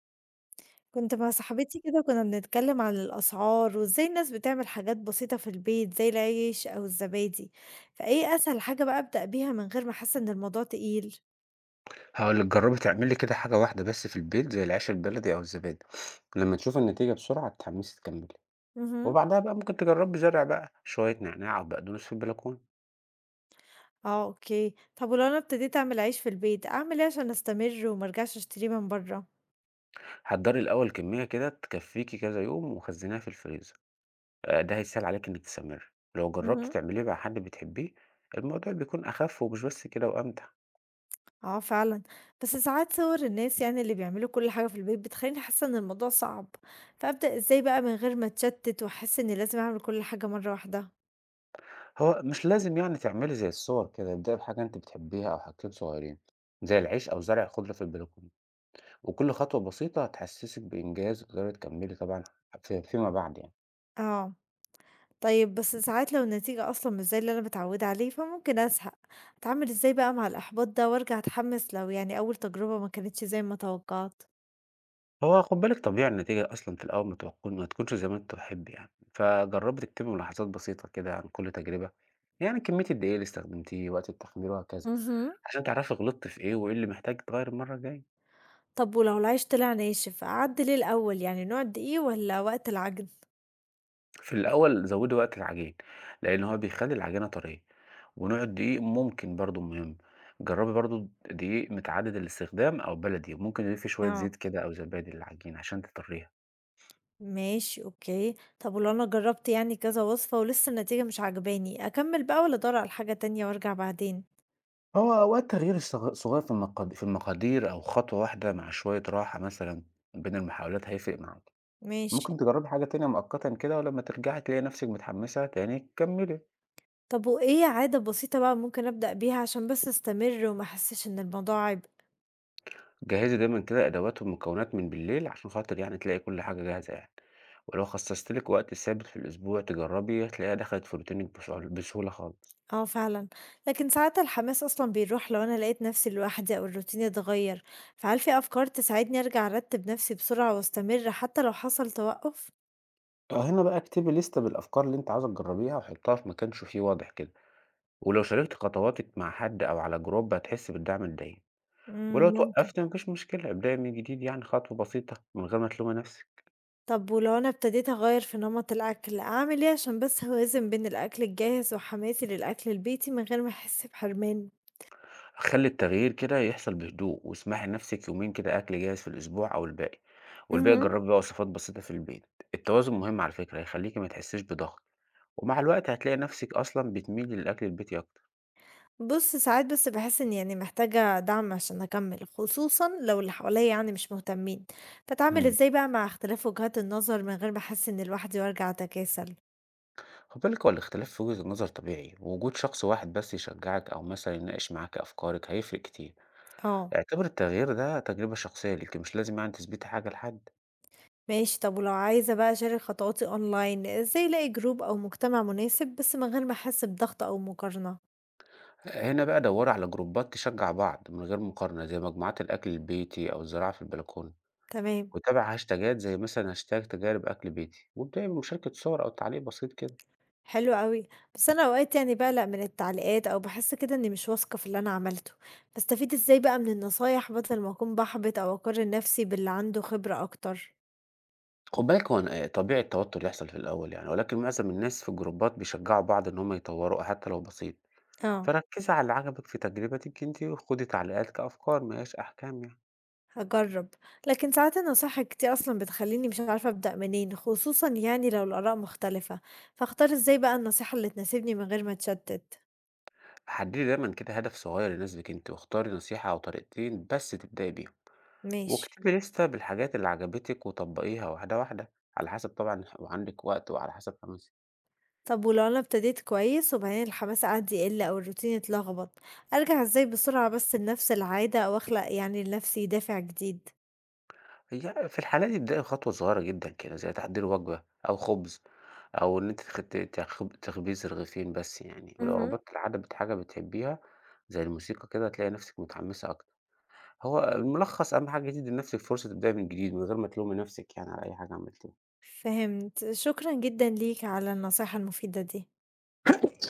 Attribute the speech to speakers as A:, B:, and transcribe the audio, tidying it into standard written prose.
A: كنت مع صاحبتي كده وكنا بنتكلم عن الأسعار وإزاي الناس بتعمل حاجات بسيطة في البيت زي العيش أو الزبادي، فإيه أسهل حاجة بقى أبدأ بيها من غير ما أحس إن الموضوع تقيل؟
B: هاقول لِك جرّبي تعملي كده حاجة واحدة بس في البيت زي العيش البلدي أو الزبادي، لمّا تشوفي النتيجة بسرعة هتتحمّسي تكمّلي،
A: مهم.
B: وبعدها بقى ممكن تجرّبي زرع بقى شوية نعناع أو بقدونس في البلكونة.
A: اه، اوكي، طب ولو أنا ابتديت أعمل عيش في البيت أعمل إيه عشان أستمر ومرجعش أشتريه من بره؟
B: حضّري الأول كمية كده تكفّيكِ كذا يوم وخزّنيها في الفريزر، ده هيسهل عليكِ إنِّك تستمرّي. لو جرّبتِ
A: مهم.
B: تعمليه مع حد بتحبيه الموضوع بيكون أخف ومش بس كده وأمتع.
A: اه فعلا. بس ساعات صور الناس اللي بيعملوا كل حاجة في البيت بتخليني حاسة إن الموضوع صعب، فأبدأ إزاي بقى من غير ما أتشتت وأحس إني لازم أعمل كل حاجة مرة واحدة؟
B: هو مش لازم يعني تعملي زي الصور كده، ابدئي بحاجة أنتِ بتحبيها أو حاجتين صغيّرين زي العيش أو زرع خضرة في البلكونة. وكل خطوة بسيطة هتحسسِك بإنجاز وتقدري تكمّلي طبعًا في فيما بعد يعني.
A: اه. طيب بس ساعات لو النتيجة أصلا مش زي اللي أنا متعودة عليه فممكن أزهق. أتعامل إزاي بقى مع الإحباط ده وأرجع أتحمس لو أول تجربة ما كانتش زي ما توقعت؟
B: هو خُد بالِك طبيعي النتيجة أصلًا في الأول ما تكونش زي ما أنت تحب يعني، فجرّبي تكتبي ملاحظات بسيطة كده عن كل تجربة، يعني كمية الدقايق اللي استخدمتيه، وقت التخمير وهكذا،
A: مهم.
B: عشان تعرفي غلطتِ في إيه وإيه اللي محتاج يتغيّر المرّة الجاية.
A: طب ولو العيش طلع ناشف أعدل إيه الأول، نوع دقيق ولا وقت العجن؟
B: في الأول زوّدي وقت العجين، لإن هو بيخلّي العجينة طرية، ونوع الدقيق ممكن برضه مهم، جرّبي برضه دقيق متعدد الاستخدام أو بلدي، وممكن تضيفي شوية
A: اه
B: زيت كده أو زبادي للعجينة عشان تطرّيها.
A: ماشي، أوكي، طب ولو أنا جربت كذا وصفة ولسه النتيجة مش عجباني أكمل بقى ولا أدور على حاجة تانية وأرجع بعدين؟
B: هو أوقات تغيير صغير في المقادير أو خطوة واحدة مع شوية راحة مثلا بين المحاولات هيفرق معاك.
A: ماشي.
B: ممكن تجربي حاجة تانية مؤقتا كده، ولما ترجعي تلاقي نفسك متحمسة تاني كملي.
A: طب وإيه عادة بسيطة بقى ممكن أبدأ بيها عشان بس أستمر وما أحسش إن الموضوع عبء؟
B: جهزي دايما كده أدوات والمكونات من بالليل عشان خاطر يعني تلاقي كل حاجة جاهزة يعني. ولو خصصتلك وقت ثابت في الأسبوع تجربي هتلاقيها دخلت في روتينك بسهولة بسهولة خالص.
A: آه فعلًا، لكن ساعات الحماس أصلًا بيروح لو أنا لقيت نفسي لوحدي أو الروتين اتغير، فهل في أفكار تساعدني أرجع أرتب نفسي بسرعة وأستمر حتى لو حصل توقف؟
B: آه، هنا بقى اكتبي لستة بالأفكار اللي أنت عاوزة تجربيها وحطها في مكان شوفيه واضح كده. ولو شاركت خطواتك مع حد أو على جروب هتحس بالدعم الدايم. ولو
A: إمم، ممكن.
B: اتوقّفت ما فيش مشكلة، ابدئي من جديد يعني خطوة بسيطة من غير ما تلومي نَفْسِك.
A: طب ولو أنا ابتديت أغير في نمط الأكل أعمل إيه عشان بس أوازن بين الأكل الجاهز وحماسي للأكل البيتي من غير ما أحس بحرمان؟
B: خلّي التغيير كده يحصل بهدوء، واسمحي لنَفْسِك يومين كده أكل جاهز في الأسبوع أو الباقي، والباقي
A: اهم.
B: جرّبي بقى وصفات بسيطة في البيت. التوازن مهم على فكرة، هيخلّيكِ ما تحسّيش بضغط، ومع الوقت هتلاقي نَفْسِك أصلًا بتميلي للأكل البيتي أكتر.
A: بُص، ساعات بس باحس إني محتاجة دعم عشان أكمّل، خصوصًا لو اللي حواليّا مش مهتمين، فأتعامل
B: إمم.
A: إزاي بقى مع اختلاف وجهات النظر من غير ما أحس إني لوحدي وأرجع أتكاسل؟
B: خُدي بالِك هو الاختلاف في وجهة النظر طبيعي، ووجود شخص واحد بس يشجّعِك أو مثلًا يناقش معاكِ أفكارِك هيفرق كتير.
A: آه،
B: اعتبري التغيير ده تجربة شخصية ليكِ، مش لازم يعني تثبتي حاجة لحد.
A: ماشي، طب ولو عايزة بقى أشارك خطواتي أونلاين، إزاي ألاقي جروب أو مجتمع مناسب بس من غير ما أحس بضغط أو مقارنة؟
B: هنا بقى دوري على جروبات تشجع بعض من غير مقارنة زي مجموعات الأكل البيتي أو الزراعة في البلكونة.
A: تمام.
B: وتابع هاشتاجات زي مثلا هاشتاج تجارب أكل بيتي وابدأي بمشاركة صور أو تعليق بسيط كده.
A: حلو أوي. بس أنا أوقات باقلق من التعليقات أو باحس كده إني مش واثقة في اللي أنا عملته، باستفيد إزاي بقى من النصايح بدل ما أكون باحبط أو أقارن نفسي باللي عنده خبرة أكتر؟
B: خد بالك طبيعي التوتر يحصل في الأول يعني، ولكن معظم الناس في الجروبات بيشجعوا بعض إن هم يطوروا حتى لو بسيط.
A: آه.
B: فركزي على اللي عجبك في تجربتك انت وخدي تعليقات كأفكار ما هياش أحكام يعني.
A: هاجرّب. لكن ساعات نصايحك دي أصلًا بتخلّيني مش عارفة أبدأ منين، خصوصًا لو الآراء مختلفة، فاختار إزاي بقى النصيحة اللي تناسبني من غير ما أتشتت؟
B: حددي دايما كده هدف صغير يناسبك انت واختاري نصيحة أو طريقتين بس تبدأي بيهم.
A: ماشي.
B: واكتبي لستة بالحاجات اللي عجبتِك وطبّقيها واحدة، واحدة، على حسب طبعًا وعندِك وقت وعلى حسب حماسِك.
A: طب ولو أنا ابتديت كويس وبعدين الحماس قعد يقل أو الروتين اتلخبط، أرجع إزاي بسرعة بس لنفس العادة أو أخلق لنفسي دافع جديد؟
B: هي في الحالة دي ابدئي بخطوة صغيرة جدًا كده، زي تحضير وجبة أو خبز أو إن أنتِ تخ ت تخب تخبزي رغيفين بس يعني، ولو
A: اهم.
B: ربطتِ العادة بحاجة بتحبيها زي الموسيقى كده هتلاقي نفسِك متحمسة أكتر. هو الملخص أهم حاجة تدّي لنفسِك فرصة تبدئي من جديد من غير ما تلومي نفسِك يعني على أي حاجة عملتيها.
A: فهمت، شكرًا جدًا ليك على النصيحة المفيدة دي.